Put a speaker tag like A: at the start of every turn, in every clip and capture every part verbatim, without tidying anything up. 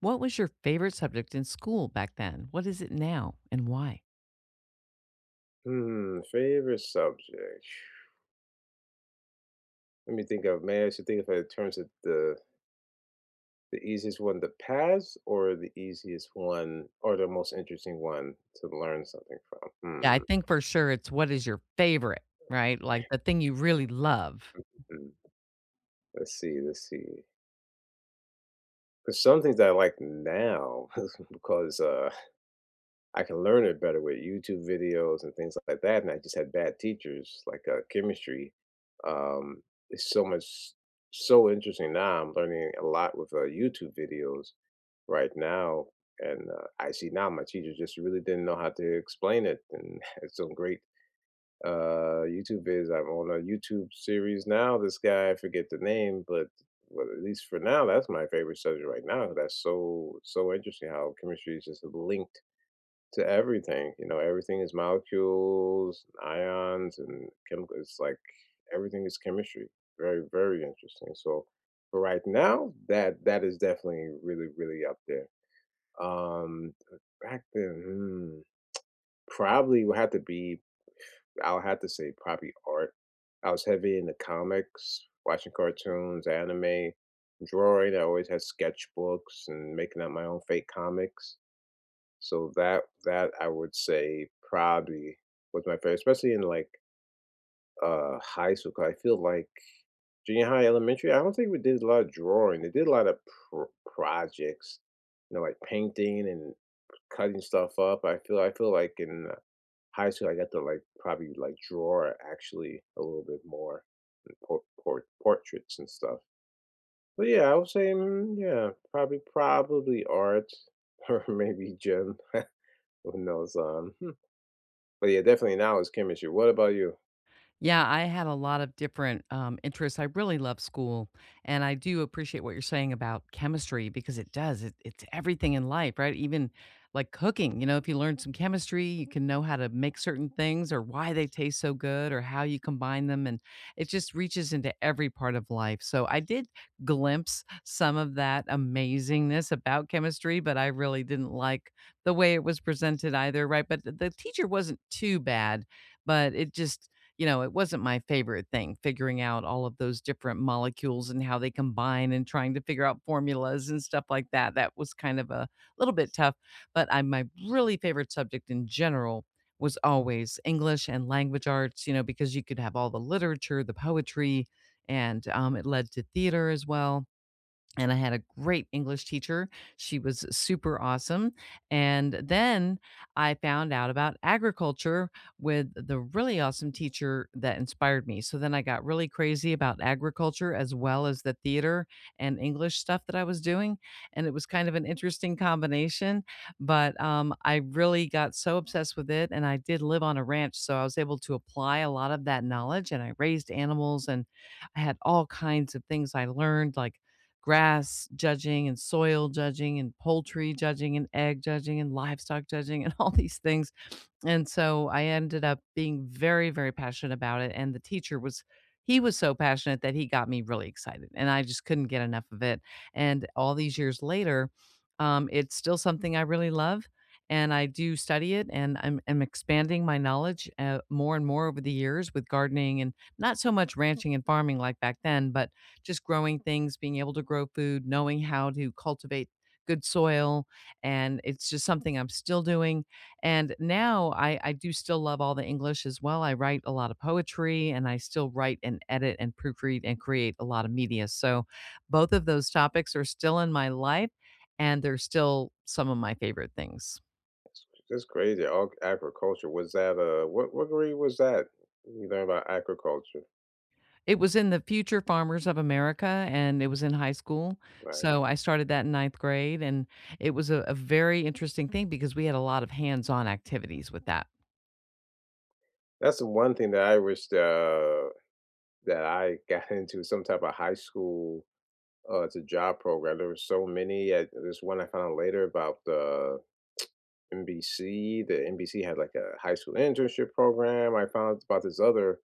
A: What was your favorite subject in school back then? What is it now and why?
B: Hmm, favorite subject. Let me think of, man, I should think of it in terms of the the easiest one to pass or the easiest one or the most interesting one to learn something from.
A: Yeah, I
B: Hmm.
A: think for sure it's what is your favorite, right? Like the thing you really love.
B: hmm. Let's see, let's see. Because some things I like now, because uh, I can learn it better with YouTube videos and things like that. And I just had bad teachers, like uh, chemistry. Um, it's so much, so interesting now. I'm learning a lot with uh, YouTube videos right now. And uh, I see now my teacher just really didn't know how to explain it. And it's some great uh, YouTube vids. I'm on a YouTube series now. This guy, I forget the name, but well, at least for now, that's my favorite subject right now. That's so so interesting how chemistry is just linked to everything. You know, everything is molecules, ions, and chemical. It's like everything is chemistry. Very very interesting. So, but right now, that that is definitely really really up there um, Back then, hmm, probably would have to be, I'll have to say probably art. I was heavy into comics, watching cartoons, anime, drawing. I always had sketchbooks and making up my own fake comics. So that that I would say probably was my favorite, especially in like uh high school. 'Cause I feel like junior high, elementary. I don't think we did a lot of drawing. They did a lot of pro- projects, you know, like painting and cutting stuff up. I feel I feel like in uh, high school, I got to like probably like draw actually a little bit more and por- por- portraits and stuff. But yeah, I would say mm, yeah, probably probably art or maybe gym. Who knows? Um, hmm. But yeah, definitely now is chemistry. What about you?
A: Yeah, I had a lot of different um, interests. I really love school, and I do appreciate what you're saying about chemistry because it does. It, it's everything in life, right? Even like cooking. You know, if you learn some chemistry, you can know how to make certain things or why they taste so good or how you combine them, and it just reaches into every part of life. So I did glimpse some of that amazingness about chemistry, but I really didn't like the way it was presented either, right? But the the teacher wasn't too bad, but it just you know, it wasn't my favorite thing, figuring out all of those different molecules and how they combine and trying to figure out formulas and stuff like that. That was kind of a little bit tough, but I my really favorite subject in general was always English and language arts, you know, because you could have all the literature, the poetry, and um, it led to theater as well. And I had a great English teacher. She was super awesome. And then I found out about agriculture with the really awesome teacher that inspired me. So then I got really crazy about agriculture as well as the theater and English stuff that I was doing. And it was kind of an interesting combination. But um, I really got so obsessed with it. And I did live on a ranch. So I was able to apply a lot of that knowledge. And I raised animals and I had all kinds of things I learned, like grass judging and soil judging and poultry judging and egg judging and livestock judging and all these things and so I ended up being very, very passionate about it, and the teacher was he was so passionate that he got me really excited, and I just couldn't get enough of it, and all these years later, um, it's still something I really love, and I do study it, and I'm I'm expanding my knowledge, uh, more and more over the years with gardening and not so much ranching and farming like back then, but just growing things, being able to grow food, knowing how to cultivate good soil, and it's just something I'm still doing and now I I do still love all the English as well. I write a lot of poetry and I still write and edit and proofread and create a lot of media. So both of those topics are still in my life and they're still some of my favorite things.
B: That's that's crazy. All agriculture was that? Uh, what what grade was that? You learn about agriculture,
A: It was in the Future Farmers of America and it was in high school.
B: right?
A: So I started that in ninth grade and it was a, a very interesting thing because we had a lot of hands on activities with that.
B: That's the one thing that I wish uh, that I got into some type of high school. Uh, it's a job program. There were so many. I, there's one I found out later about the N B C. The N B C had like a high school internship program. I found about this other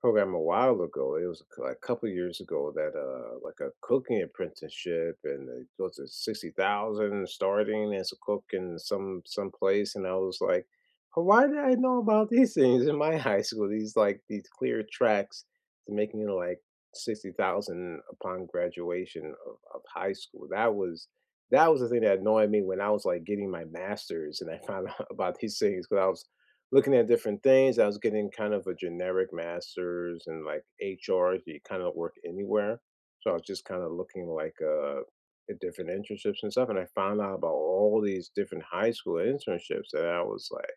B: program a while ago. It was a couple years ago that uh like a cooking apprenticeship and it was at sixty thousand starting as a cook in some some place and I was like, "Well, why did I know about these things in my high school? These like these clear tracks to making it like sixty thousand upon graduation of, of high school. That was that was the thing that annoyed me when I was like getting my master's and I found out about these things because I was looking at different things. I was getting kind of a generic master's and like H R. You kind of work anywhere. So I was just kind of looking like uh, at different internships and stuff. And I found out about all these different high school internships that I was like,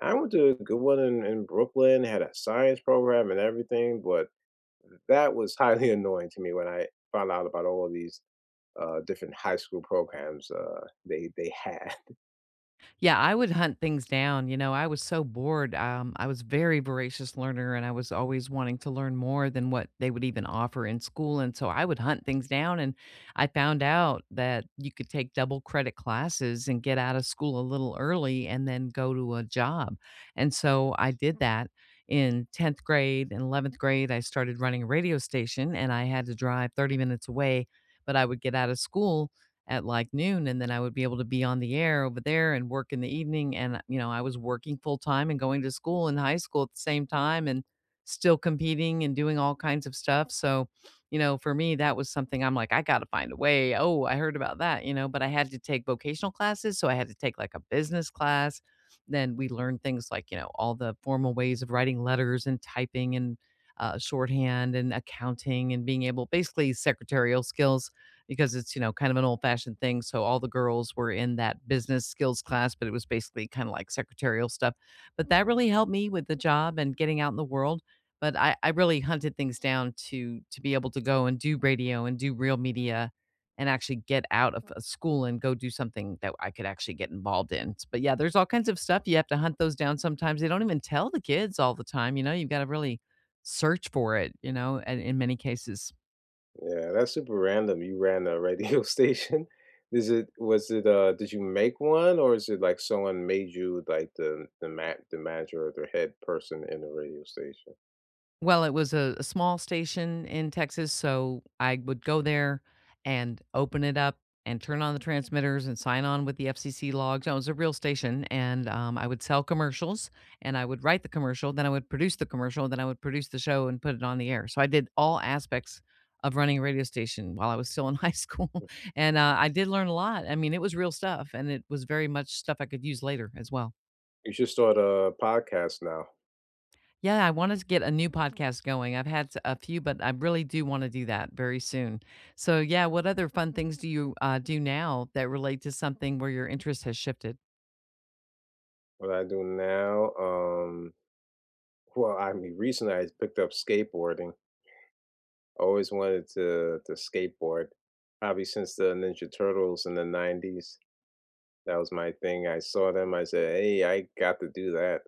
B: I went to a good one in, in Brooklyn, had a science program and everything. But that was highly annoying to me when I found out about all of these uh, different high school programs uh, they, they had.
A: Yeah, I would hunt things down. You know, I was so bored. Um, I was very voracious learner, and I was always wanting to learn more than what they would even offer in school. And so I would hunt things down, and I found out that you could take double credit classes and get out of school a little early, and then go to a job. And so I did that in tenth grade and eleventh grade. I started running a radio station, and I had to drive thirty minutes away, but I would get out of school at like noon and then I would be able to be on the air over there and work in the evening and, you know, I was working full time and going to school and high school at the same time and still competing and doing all kinds of stuff. So, you know, for me that was something I'm like I got to find a way. Oh, I heard about that, you know, but I had to take vocational classes, so I had to take like a business class. Then we learned things like, you know, all the formal ways of writing letters and typing and uh, shorthand and accounting and being able basically secretarial skills because it's, you know, kind of an old fashioned thing. So all the girls were in that business skills class, but it was basically kind of like secretarial stuff. But that really helped me with the job and getting out in the world. But I, I really hunted things down to to be able to go and do radio and do real media and actually get out of a school and go do something that I could actually get involved in. But yeah, there's all kinds of stuff. You have to hunt those down sometimes. They don't even tell the kids all the time, you know, you've got to really search for it, you know, and in many cases.
B: Yeah, that's super random. You ran a radio station. Is it was it uh did you make one or is it like someone made you like the the ma the manager or the head person in the radio station?
A: Well, it was a a small station in Texas, so I would go there and open it up and turn on the transmitters and sign on with the F C C logs. No, it was a real station, and, um, I would sell commercials, and I would write the commercial, then I would produce the commercial, then I would produce the show and put it on the air. So I did all aspects of running a radio station while I was still in high school, and, uh, I did learn a lot. I mean, it was real stuff, and it was very much stuff I could use later as well.
B: You should start a podcast now.
A: Yeah, I want to get a new podcast going. I've had a few, but I really do want to do that very soon. So, yeah, what other fun things do you uh, do now that relate to something where your interest has shifted?
B: What I do now, um well, I mean recently I picked up skateboarding. I always wanted to to skateboard. Probably since the Ninja Turtles in the nineties. That was my thing. I saw them, I said, "Hey, I got to do that."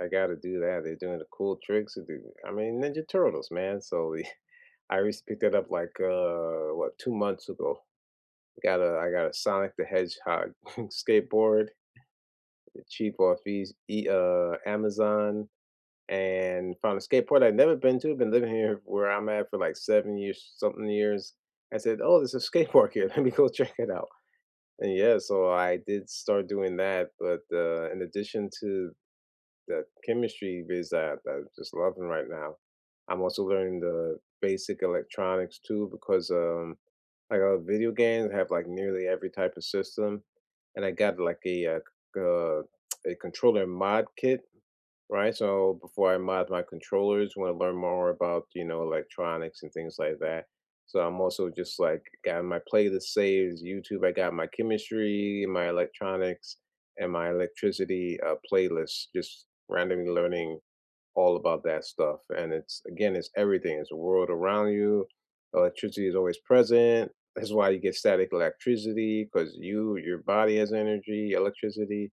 B: I gotta do that. They're doing the cool tricks. They do- I mean, Ninja Turtles, man. So the, I recently picked that up like uh what two months ago. Got a I got a Sonic the Hedgehog skateboard, cheap off these e, uh Amazon, and found a skateboard I'd never been to. Been living here where I'm at for like seven years, something years. I said, oh, there's a skateboard here. Let me go check it out. And yeah, so I did start doing that. But uh, in addition to the chemistry biz that I'm just loving right now. I'm also learning the basic electronics too because um like our video games have like nearly every type of system, and I got like a uh, c- uh, a controller mod kit. Right, so before I mod my controllers, wanna learn more about, you know, electronics and things like that. So I'm also just, like, got my playlist saves, YouTube, I got my chemistry, my electronics, and my electricity, uh, playlist, just randomly learning all about that stuff, and it's again, it's everything, it's the world around you, electricity is always present, that's why you get static electricity because you your body has energy, electricity,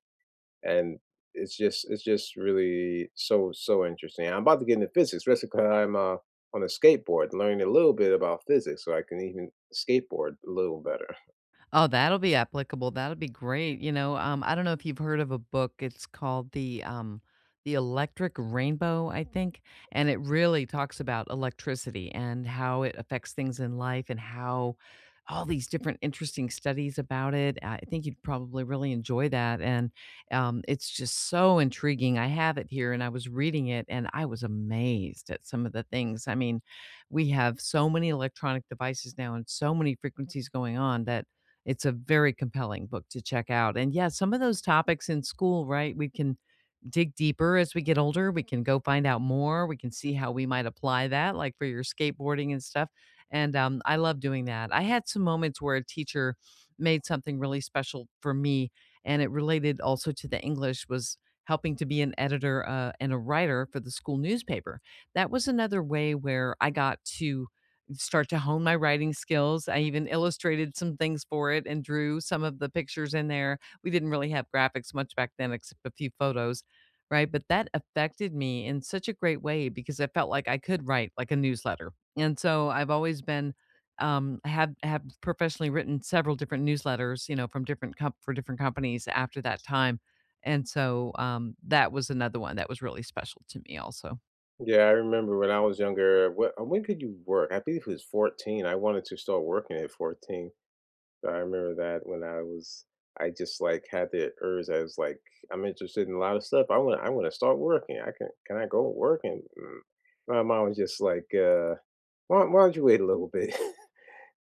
B: and it's just it's just really so so interesting. I'm about to get into physics, especially because 'cause I'm uh, on a skateboard, learning a little bit about physics, so I can even skateboard a little better.
A: Oh, that'll be applicable. That'll be great. You know, um, I don't know if you've heard of a book. It's called the um, the Electric Rainbow, I think, and it really talks about electricity and how it affects things in life and how all these different interesting studies about it. I think you'd probably really enjoy that, and um, it's just so intriguing. I have it here, and I was reading it, and I was amazed at some of the things. I mean, we have so many electronic devices now and so many frequencies going on that it's a very compelling book to check out. And yeah, some of those topics in school, right? We can dig deeper as we get older. We can go find out more. We can see how we might apply that, like for your skateboarding and stuff. And um, I love doing that. I had some moments where a teacher made something really special for me, and it related also to the English was helping to be an editor uh, and a writer for the school newspaper. That was another way where I got to start to hone my writing skills. I even illustrated some things for it and drew some of the pictures in there. We didn't really have graphics much back then except a few photos, right? But that affected me in such a great way because I felt like I could write like a newsletter. And so I've always been um I have have professionally written several different newsletters, you know, from different comp for different companies after that time. And so um that was another one that was really special to me also.
B: Yeah, I remember when I was younger. What, when could you work? I believe it was fourteen. I wanted to start working at fourteen. So I remember that when I was, I just like had the urge. I was like, I'm interested in a lot of stuff. I want, I want to start working. I can, can I go work? And mm, my mom was just like, uh, why, why don't you wait a little bit?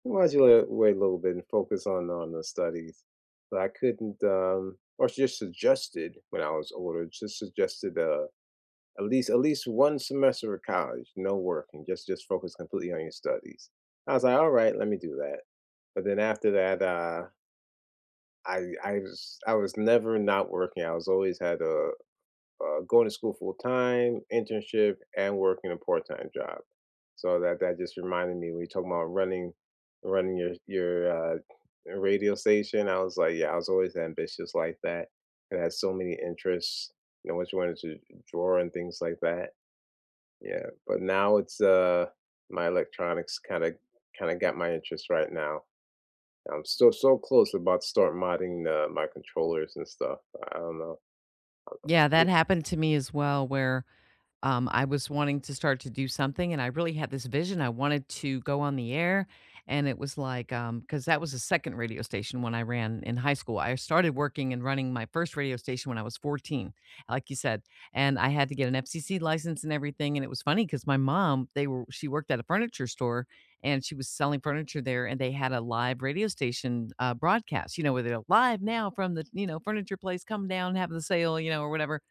B: Why do you wait a little bit and focus on on the studies? But I couldn't, um, or she just suggested when I was older, just suggested uh, at least at least one semester of college, no working, just just focus completely on your studies. I was like, all right, let me do that. But then after that, uh, I I was I was never not working. I was always had a uh, going to school full time, internship, and working a part time job. So that that just reminded me when you talk about running, running your your uh, radio station. I was like, yeah, I was always ambitious like that, and had so many interests. You know, what you wanted to draw and things like that. Yeah, but now it's uh my electronics kind of kind of got my interest right now. I'm still so close about to start modding the my controllers and stuff. I don't know. I don't know.
A: Yeah, that
B: It
A: happened to me as well where um, I was wanting to start to do something, and I really had this vision. I wanted to go on the air, and it was like um, because that was the second radio station when I ran in high school. I started working and running my first radio station when I was fourteen, like you said, and I had to get an F C C license and everything. And it was funny because my mom, they were she worked at a furniture store and she was selling furniture there, and they had a live radio station uh, broadcast. You know, with it live now from the you know furniture place, come down, have the sale, you know, or whatever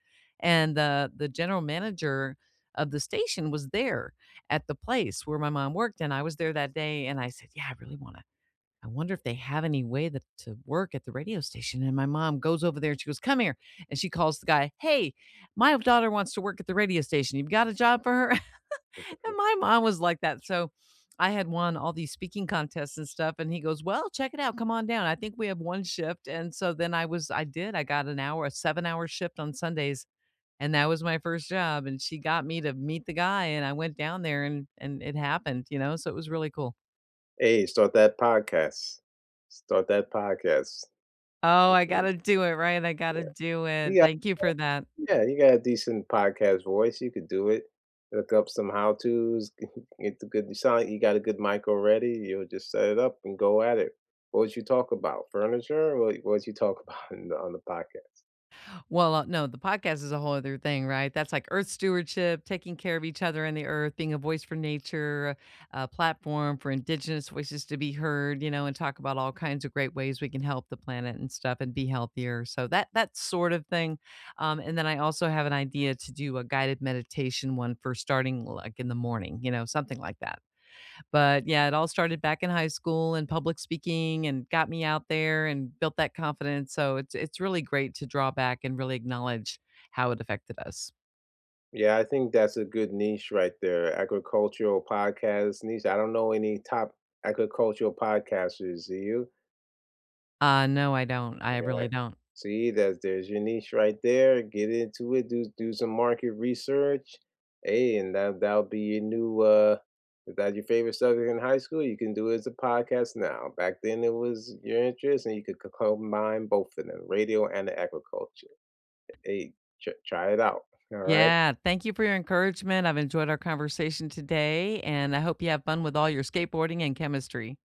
A: and the the general manager of the station was there at the place where my mom worked, and I was there that day, and I said, "Yeah, I really wanna I wonder if they have any way that to work at the radio station." And my mom goes over there and she goes, "Come here," and she calls the guy, "Hey, my daughter wants to work at the radio station. You've got a job for her?" And
B: disapprove.
A: my mom was like that, so I had won all these speaking contests and stuff, and he goes, "Well, check it out, come on down. I think we have one shift," and so then I was I did, I got an hour, a seven-hour shift on Sundays and that was my first job, and she got me to meet the guy, and I went down there and and it happened, you know, so it was really cool.
B: Hey, start that podcast. Start that podcast.
A: Oh, I
B: Mm,
A: gotta do it, right? I
B: yeah.
A: gotta do it.
B: You
A: Thank you for that.
B: Yeah, you got a decent podcast voice, you could do it. Look up some how to's, get the good you sound like you got a good mic already, you'll just set it up and go at it. What would you talk about? Furniture? What would you talk about in the on the podcast?
A: Well, uh, no, the podcast is a whole other thing, right? That's like earth stewardship, taking care of each other and the earth, being a voice for nature, a platform for indigenous voices to be heard, you know, and talk about all kinds of great ways we can help the planet and stuff and be healthier. So that that sort of thing. Um, and then I also have an idea to do a guided meditation one for starting like in the morning, you know, something like that. But, yeah, it all started back in high school and public speaking and got me out there and built that confidence, so it's it's really great to draw back and really acknowledge how it affected us.
B: Yeah, I think that's a good niche right there, agricultural podcast niche. I don't know any top agricultural podcasters, do you?
A: Uh, no, I don't. I
B: Yeah.
A: really don't.
B: See, that's there's your niche right there. Get into it. Do do some market research. Hey, and that that'll be your new. uh Is that your favorite subject in high school? You can do it as a podcast now. Back then, it was your interest, and you could co- combine both of them, radio and the agriculture. Hey, tr- try it out. All right.
A: Yeah, thank you for your encouragement. I've enjoyed our conversation today, and I hope you have fun with all your skateboarding and chemistry.